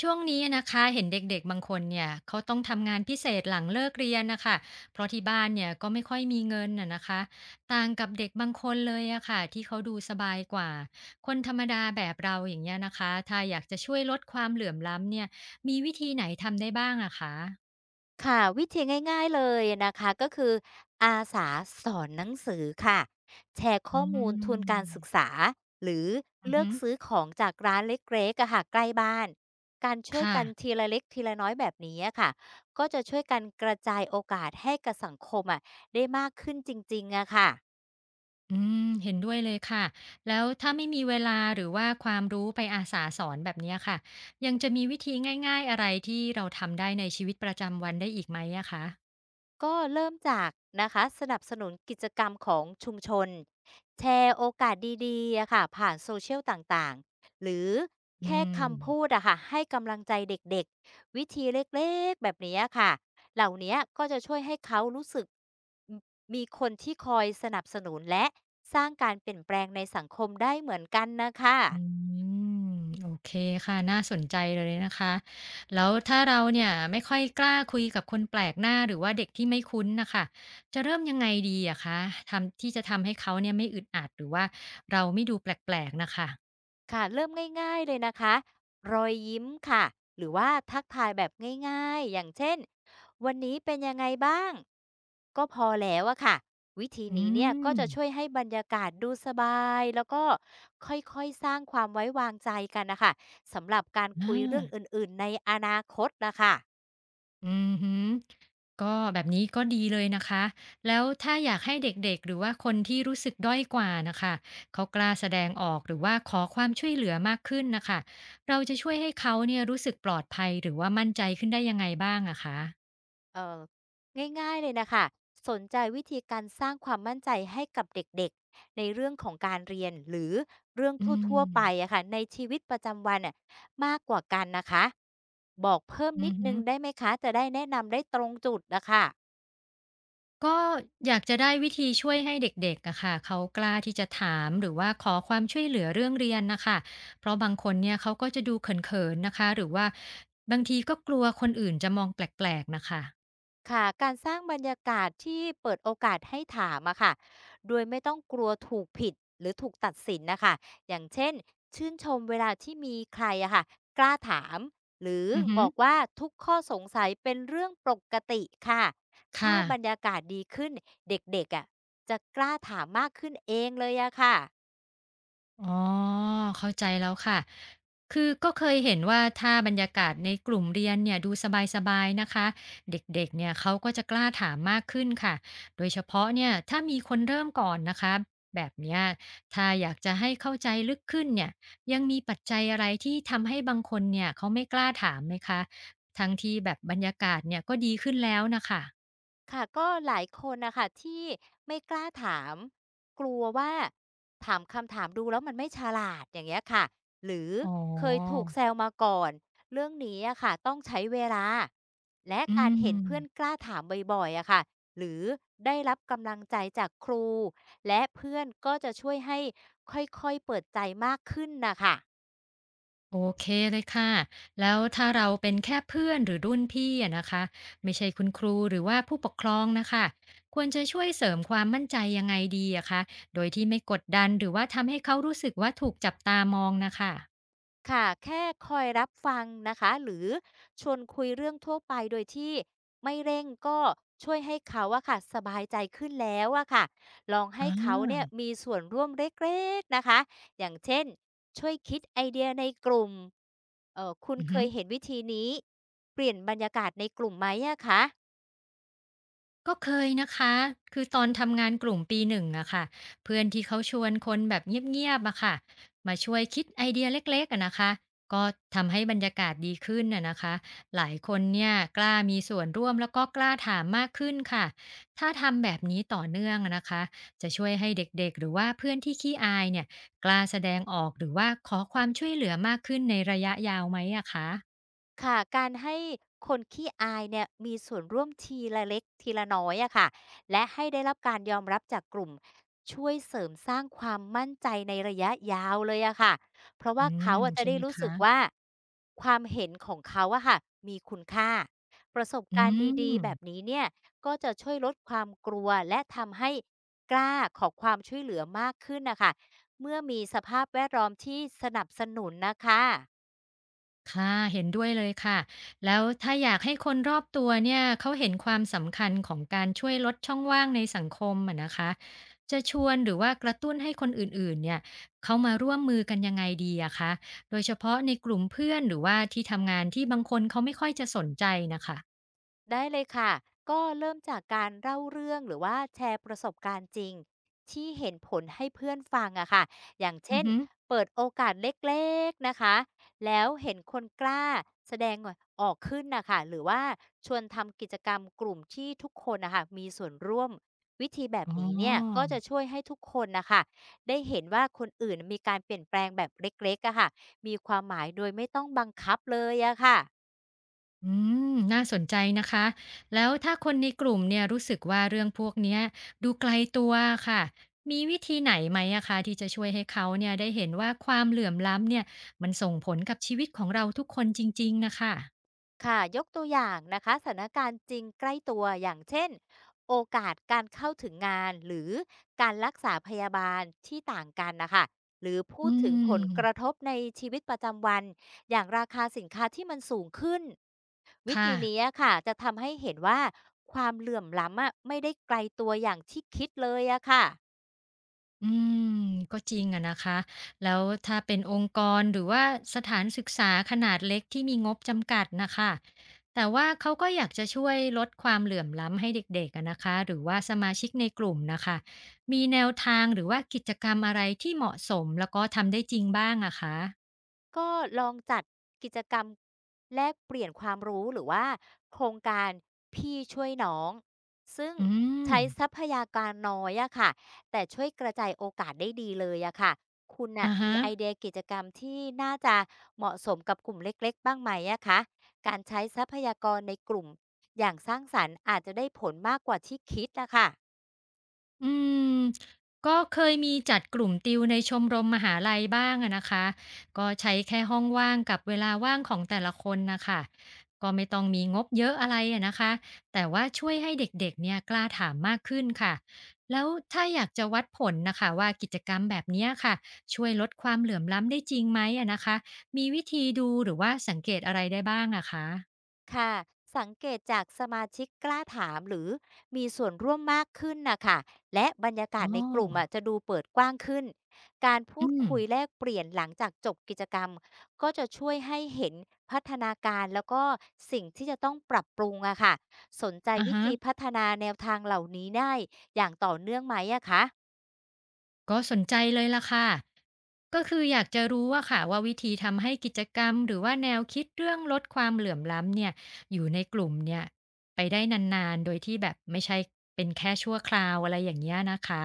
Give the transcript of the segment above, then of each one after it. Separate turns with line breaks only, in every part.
ช่วงนี้นะคะเห็นเด็กๆบางคนเนี่ยเขาต้องทำงานพิเศษหลังเลิกเรียนนะคะเพราะที่บ้านเนี่ยก็ไม่ค่อยมีเงินน่ะนะคะต่างกับเด็กบางคนเลยอะค่ะที่เขาดูสบายกว่าคนธรรมดาแบบเราอย่างเงี้ยนะคะถ้าอยากจะช่วยลดความเหลื่อมล้ำเนี่ยมีวิธีไหนทำได้บ้างอะคะ
ค่ะวิธีง่ายๆเลยนะคะก็คืออาสาสอนหนังสือค่ะแชร์
อื
ข้อมูลทุนการศึก
ม
ษาหรือ
อือ
เลือ
ฮึ
กซื้อของจากร้านเล็กๆอะค่ะใกล้บ้านการช่วย
ค่ะ
กันทีละเล็กทีละน้อยแบบนี้อะค่ะก็จะช่วยกันกระจายโอกาสให้กับสังคมอะได้มากขึ้นจริงๆอะค่ะ
อืมเห็นด้วยเลยค่ะแล้วถ้าไม่มีเวลาหรือว่าความรู้ไปอาสาสอนแบบเนี้ยค่ะยังจะมีวิธีง่ายๆอะไรที่เราทำได้ในชีวิตประจำวันได้อีกไหมอะคะ
ก็เริ่มจากนะคะสนับสนุนกิจกรรมของชุมชนแชร์โอกาสดีๆอะค่ะผ่านโซเชียลต่างๆหรือ
อื
แค่
ม
คำพูดอะค่ะให้กำลังใจเด็กๆวิธีเล็กๆแบบนี้ค่ะเหล่านี้ก็จะช่วยให้เขารู้สึกมมีคนที่คอยสนับสนุนและสร้างการเปลี่ยนแปลงในสังคมได้เหมือนกันนะคะ
อืมโอเคค่ะน่าสนใจเลยนะคะแล้วถ้าเราเนี่ยไม่ค่อยกล้าคุยกับคนแปลกหน้าหรือว่าเด็กที่ไม่คุ้นนะค่ะจะเริ่มยังไงดีอะคะทำที่จะทำให้เขาเนี่ยไม่อึดอัดหรือว่าเราไม่ดูแปลกๆนะคะ
ค่ะเริ่มง่ายๆเลยนะคะรอยยิ้มค่ะหรือว่าทักทายแบบง่ายๆอย่างเช่นวันนี้เป็นยังไงบ้างก็พอแล้วอะค่ะวิธี
อื
นี้เนี่ยก็
ม
จะช่วยให้บรรยากาศดูสบายแล้วก็ค่อยๆสร้างความไว้วางใจกันนะคะสำหรับการ
อ
คุยเรื่องอ
า
ื่นๆในอนาคตนะคะ
อือฮึก็แบบนี้ก็ดีเลยนะคะแล้วถ้าอยากให้เด็กๆหรือว่าคนที่รู้สึกด้อยกว่านะคะเขากล้าแสดงออกหรือว่าขอความช่วยเหลือมากขึ้นนะคะเราจะช่วยให้เขาเนี่ยรู้สึกปลอดภัยหรือว่ามั่นใจขึ้นได้ยังไงบ้างอะคะ
เอ่อง่ายๆเลยนะคะสนใจวิธีการสร้างความมั่นใจให้กับเด็กๆในเรื่องของการเรียนหรือเรื่อง
อื
ทั่วๆไป
ม
อะค่ะในชีวิตประจำวันอ่ะมากกว่ากันนะคะบอกเพิ่ม
อื
นิดนึง
ม
ได้ไหมคะจะได้แนะนำได้ตรงจุดนะคะ
ก็อยากจะได้วิธีช่วยให้เด็กๆอะค่ะเขากล้าที่จะถามหรือว่าขอความช่วยเหลือเรื่องเรียนนะคะเพราะบางคนเนี่ยเขาก็จะดูเขินๆนะคะหรือว่าบางทีก็กลัวคนอื่นจะมองแปลกๆนะคะ
ค่ะการสร้างบรรยากาศที่เปิดโอกาสให้ถามอะค่ะโดยไม่ต้องกลัวถูกผิดหรือถูกตัดสินนะคะอย่างเช่นชื่นชมเวลาที่มีใครอะค่ะกล้าถามหรือ
อือฮึ
บอกว่าทุกข้อสงสัยเป็นเรื่องปกติค่ะถ้า
ค่ะ
บรรยากาศดีขึ้นเด็กๆอะจะกล้าถามมากขึ้นเองเลยอะค่ะ
อ๋อเข้าใจแล้วค่ะ คือก็เคยเห็นว่าถ้าบรรยากาศในกลุ่มเรียนเนี่ยดูสบายๆนะคะเด็กๆเนี่ยเขาก็จะกล้าถามมากขึ้นค่ะโดยเฉพาะเนี่ยถ้ามีคนเริ่มก่อนนะคะแบบเนี้ยถ้าอยากจะให้เข้าใจลึกขึ้นเนี่ยยังมีปัจจัยอะไรที่ทำให้บางคนเนี่ยเขาไม่กล้าถามไหมคะทั้งที่แบบบรรยากาศเนี่ยก็ดีขึ้นแล้วน่ะคะ
ค่ะก็หลายคนนะคะที่ไม่กล้าถามกลัวว่าถามคำถามดูแล้วมันไม่ฉลาดอย่างเงี้ยค่ะหรือ
อ๋อ
เคยถูกแซวมาก่อนเรื่องนี้อะค่ะต้องใช้เวลาและ
อื
การเห็นเพื่อนก
ม
ล้าถามบ่อยๆอะค่ะหรือได้รับกำลังใจจากครูและเพื่อนก็จะช่วยให้ค่อยๆเปิดใจมากขึ้นนะคะ
โอเคเลยค่ะ แล้วถ้าเราเป็นแค่เพื่อนหรือรุ่นพี่อะนะคะไม่ใช่คุณครูหรือว่าผู้ปกครองนะคะควรจะช่วยเสริมความมั่นใจยังไงดีอะคะโดยที่ไม่กดดันหรือว่าทำให้เขารู้สึกว่าถูกจับตามองนะคะ
ค่ะแค่คอยรับฟังนะคะหรือชวนคุยเรื่องทั่วไปโดยที่ไม่เร่งก็ช่วยให้เขาอะค่ะสบายใจขึ้นแล้วอะค่ะลอง
อ่
ให้เขาเนี่ย
า
มีส่วนร่วมเล็กๆนะคะอย่างเช่นช่วยคิดไอเดียในกลุ่มเออคุณ
อือ
เค
ฮึ
ยเห็นวิธีนี้เปลี่ยนบรรยากาศในกลุ่มไหมอะคะ
ก็เคยนะคะ คือตอนทำงานกลุ่มปีหนึ่งอะค่ะเพื่อนที่เขาชวนคนแบบเงียบๆอะค่ะมาช่วยคิดไอเดียเล็กๆอะนะคะ ก็ทำให้บรรยากาศดีขึ้นอะนะคะ หลายคนเนี่ยกล้ามีส่วนร่วมแล้วก็กล้าถามมากขึ้นค่ะ ถ้าทำแบบนี้ต่อเนื่องอะนะคะ จะช่วยให้เด็กๆหรือว่าเพื่อนที่ขี้อายเนี่ยกล้าแสดงออกหรือว่าขอความช่วยเหลือมากขึ้นในระยะยาวไหมอะคะ
ค่ะการให้คนขี้อายเนี่ยมีส่วนร่วมทีละเล็กทีละน้อยอะค่ะและให้ได้รับการยอมรับจากกลุ่มช่วยเสริมสร้างความมั่นใจในระยะยาวเลยอะค่ะเพราะ
อื
ว่าเขา
ม
อะจะ
ใช่
ได้
ไหม
รู้
คะ
สึกว่าความเห็นของเขาอะค่ะมีคุณค่าประสบ
อื
การณ์
ม
ดีๆแบบนี้เนี่ยก็จะช่วยลดความกลัวและทำให้กล้าขอความช่วยเหลือมากขึ้นนะคะเมื่อมีสภาพแวดล้อมที่สนับสนุนนะคะ
ค่ะเห็นด้วยเลยค่ะแล้วถ้าอยากให้คนรอบตัวเนี่ยเขาเห็นความสำคัญของการช่วยลดช่องว่างในสังคมอะนะคะจะชวนหรือว่ากระตุ้นให้คนอื่นๆเนี่ยเขามาร่วมมือกันยังไงดีอะคะโดยเฉพาะในกลุ่มเพื่อนหรือว่าที่ทำงานที่บางคนเขาไม่ค่อยจะสนใจนะคะ
ได้เลยค่ะก็เริ่มจากการเล่าเรื่องหรือว่าแชร์ประสบการณ์จริงที่เห็นผลให้เพื่อนฟังอะค่ะอย่าง
อือ
เช่น
ฮึ
เปิดโอกาสเล็กๆนะคะแล้วเห็นคนกล้าแสดงออกขึ้นนะคะหรือว่าชวนทำกิจกรรมกลุ่มที่ทุกคนนะคะมีส่วนร่วมวิธีแบบ
อ๋อ
นี้เนี่ยก็จะช่วยให้ทุกคนนะคะได้เห็นว่าคนอื่นมีการเปลี่ยนแปลงแบบเล็กๆอะค่ะมีความหมายโดยไม่ต้องบังคับเลยอะค่ะ
อืมน่าสนใจนะคะแล้วถ้าคนในกลุ่มเนี่ยรู้สึกว่าเรื่องพวกเนี้ยดูไกลตัวค่ะมีวิธีไหนไหมอะคะที่จะช่วยให้เขาเนี่ยได้เห็นว่าความเหลื่อมล้ำเนี่ยมันส่งผลกับชีวิตของเราทุกคนจริงๆนะคะ
ค่ะยกตัวอย่างนะคะสถานการณ์จริงใกล้ตัวอย่างเช่นโอกาสการเข้าถึงงานหรือการรักษาพยาบาลที่ต่างกันนะคะหรือพู
อื
ดถึงผลกระท
ม
บในชีวิตประจำวันอย่างราคาสินค้าที่มันสูงขึ้นวิ
ค่ะ
ธีนี้อะค่ะจะทำให้เห็นว่าความเหลื่อมล้ำอะไม่ได้ไกลตัวอย่างที่คิดเลยอะค่ะ
อืมก็จริงอะนะคะแล้วถ้าเป็นองค์กรหรือว่าสถานศึกษาขนาดเล็กที่มีงบจำกัดนะคะแต่ว่าเขาก็อยากจะช่วยลดความเหลื่อมล้ำให้เด็กๆอะนะคะหรือว่าสมาชิกในกลุ่มนะคะมีแนวทางหรือว่ากิจกรรมอะไรที่เหมาะสมแล้วก็ทำได้จริงบ้างอะคะ
ก็ลองจัดกิจกรรมแลกเปลี่ยนความรู้หรือว่าโครงการพี่ช่วยน้องซึ่ง
อืม
ใช้ทรัพยากรน้อยอะค่ะแต่ช่วยกระจายโอกาสได้ดีเลยอะค่ะคุณน่ะ
อะฮะ
มีไอเดียกิจกรรมที่น่าจะเหมาะสมกับกลุ่มเล็กๆบ้างไหมอะคะการใช้ทรัพยากรในกลุ่มอย่างสร้างสรรค์อาจจะได้ผลมากกว่าที่คิดนะคะ
อืมก็เคยมีจัดกลุ่มติวในชมรมมหาลัยบ้างอะนะคะก็ใช้แค่ห้องว่างกับเวลาว่างของแต่ละคนนะคะก็ไม่ต้องมีงบเยอะอะไรอะนะคะแต่ว่าช่วยให้เด็กๆเนี่ยกล้าถามมากขึ้นค่ะแล้วถ้าอยากจะวัดผลนะคะว่ากิจกรรมแบบเนี้ยค่ะช่วยลดความเหลื่อมล้ำได้จริงไหมอะนะคะมีวิธีดูหรือว่าสังเกตอะไรได้บ้างอะคะ
ค่ะสังเกตจากสมาชิกกล้าถามหรือมีส่วนร่วมมากขึ้นนะคะและบรรยากา
อ๋อ
ศในกลุ่มอ่ะจะดูเปิดกว้างขึ้นการพู
อื
ด
ม
คุยแลกเปลี่ยนหลังจากจบกิจกรรมก็จะช่วยให้เห็นพัฒนาการแล้วก็สิ่งที่จะต้องปรับปรุงอะค่ะสนใจ
อ่ะ
วิ
ฮะ
ธีพัฒนาแนวทางเหล่านี้ได้อย่างต่อเนื่องไหมอะคะ
ก็สนใจเลยล่ะค่ะ ก็คืออยากจะรู้ว่าค่ะว่าวิธีทำให้กิจกรรมหรือว่าแนวคิดเรื่องลดความเหลื่อมล้ำเนี่ยอยู่ในกลุ่มเนี่ยไปได้นานๆ โดยที่แบบไม่ใช่เป็นแค่ชั่วคราวอะไรอย่างเงี้ยนะคะ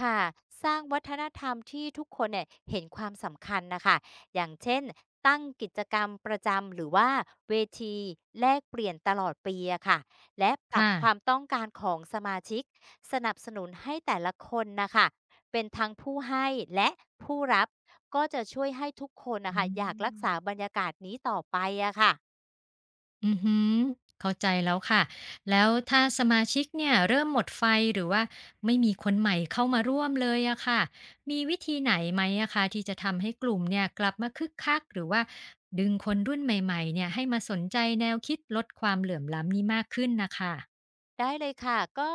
ค่ะสร้างวัฒนธรรมที่ทุกคนเนี่ยเห็นความสำคัญนะคะอย่างเช่นตั้งกิจกรรมประจำหรือว่าเวทีแลกเปลี่ยนตลอดปีอะค่ะและปรับ
ค่ะ
ความต้องการของสมาชิกสนับสนุนให้แต่ละคนนะคะเป็นทั้งผู้ให้และผู้รับก็จะช่วยให้ทุกคน
อื
นะคะอยากรัก
ม
ษาบรรยากาศนี้ต่อไปอะค่ะ
อือฮึเข้าใจแล้วค่ะ แล้วถ้าสมาชิกเนี่ยเริ่มหมดไฟหรือว่าไม่มีคนใหม่เข้ามาร่วมเลยอะค่ะ มีวิธีไหนไหมอะคะที่จะทำให้กลุ่มเนี่ยกลับมาคึกคักหรือว่าดึงคนรุ่นใหม่ๆเนี่ยให้มาสนใจแนวคิดลดความเหลื่อมล้ำนี้มากขึ้นนะคะ
ได้เลยค่ะก็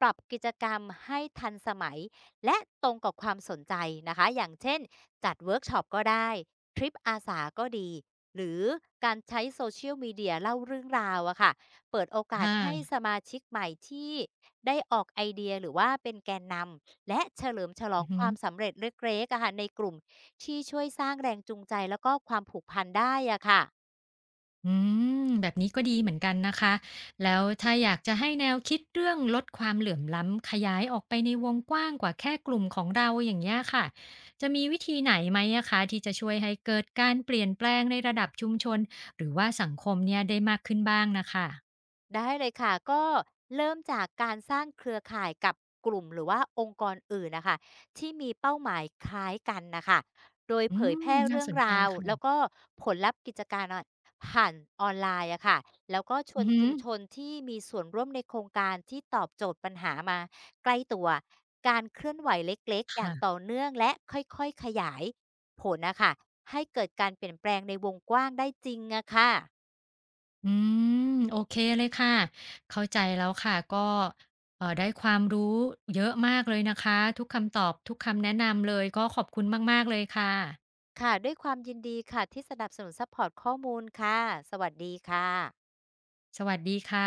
ปรับกิจกรรมให้ทันสมัยและตรงกับความสนใจนะคะอย่างเช่นจัดเวิร์กช็อปก็ได้ทริปอาสาก็ดีหรือการใช้โซเชียลมีเดียเล่าเรื่องราวอะค่ะเปิดโอ
ค
กาสให้ส
่ะ
มาชิกใหม่ที่ได้ออกไอเดียหรือว่าเป็นแกนนำและเฉลิมฉล
า
อ
อื
ง
อฮึ
ความสำเร็จเล็กๆอะค่ะในกลุ่มที่ช่วยสร้างแรงจูงใจแล้วก็ความผูกพันได้อะค่ะ
อืมแบบนี้ก็ดีเหมือนกันนะคะแล้วถ้าอยากจะให้แนวคิดเรื่องลดความเหลื่อมล้ำขยายออกไปในวงกว้างกว่าแค่กลุ่มของเราอย่างนี้ยค่ะจะมีวิธีไหนไหมอะคะที่จะช่วยให้เกิดการเปลี่ยนแปลงในระดับชุมชนหรือว่าสังคมเนี่ยได้มากขึ้นบ้างนะคะ
ได้เลยค่ะก็เริ่มจากการสร้างเครือข่ายกับกลุ่มหรือว่าองค์กรอื่นนะคะที่มีเป้าหมายคล้ายกันนะคะโดย
อื
เผยแพ
ม
ร่
น่า
เรื่อ
ส
ง
นใจ
ราวแล้ว
ค่ะ
ก็ผลลัพธ์กิจการอะผ่านออนไลน์อะค่ะแล้วก็ช
อื
ว
อ
น
ฮึ
ชุมชนที่มีส่วนร่วมในโครงการที่ตอบโจทย์ปัญหามาใกล้ตัวการเคลื่อนไหวเล็กๆอย่างต่อ
ค่ะ
เนื่องและค่อยๆขยายผลนะคะให้เกิดการเปลี่ยนแปลงในวงกว้างได้จริงอะค่ะ
อืมโอเคเลยค่ะเข้าใจแล้วค่ะก็ได้ความรู้เยอะมากเลยนะคะทุกคำตอบทุกคำแนะนำเลยก็ขอบคุณมากๆเลยค่ะ
ค่ะด้วยความยินดีค่ะที่สนับสนุนซัปพอร์ตข้อมูลค่ะสวัสดีค่ะ
สวัสดีค่ะ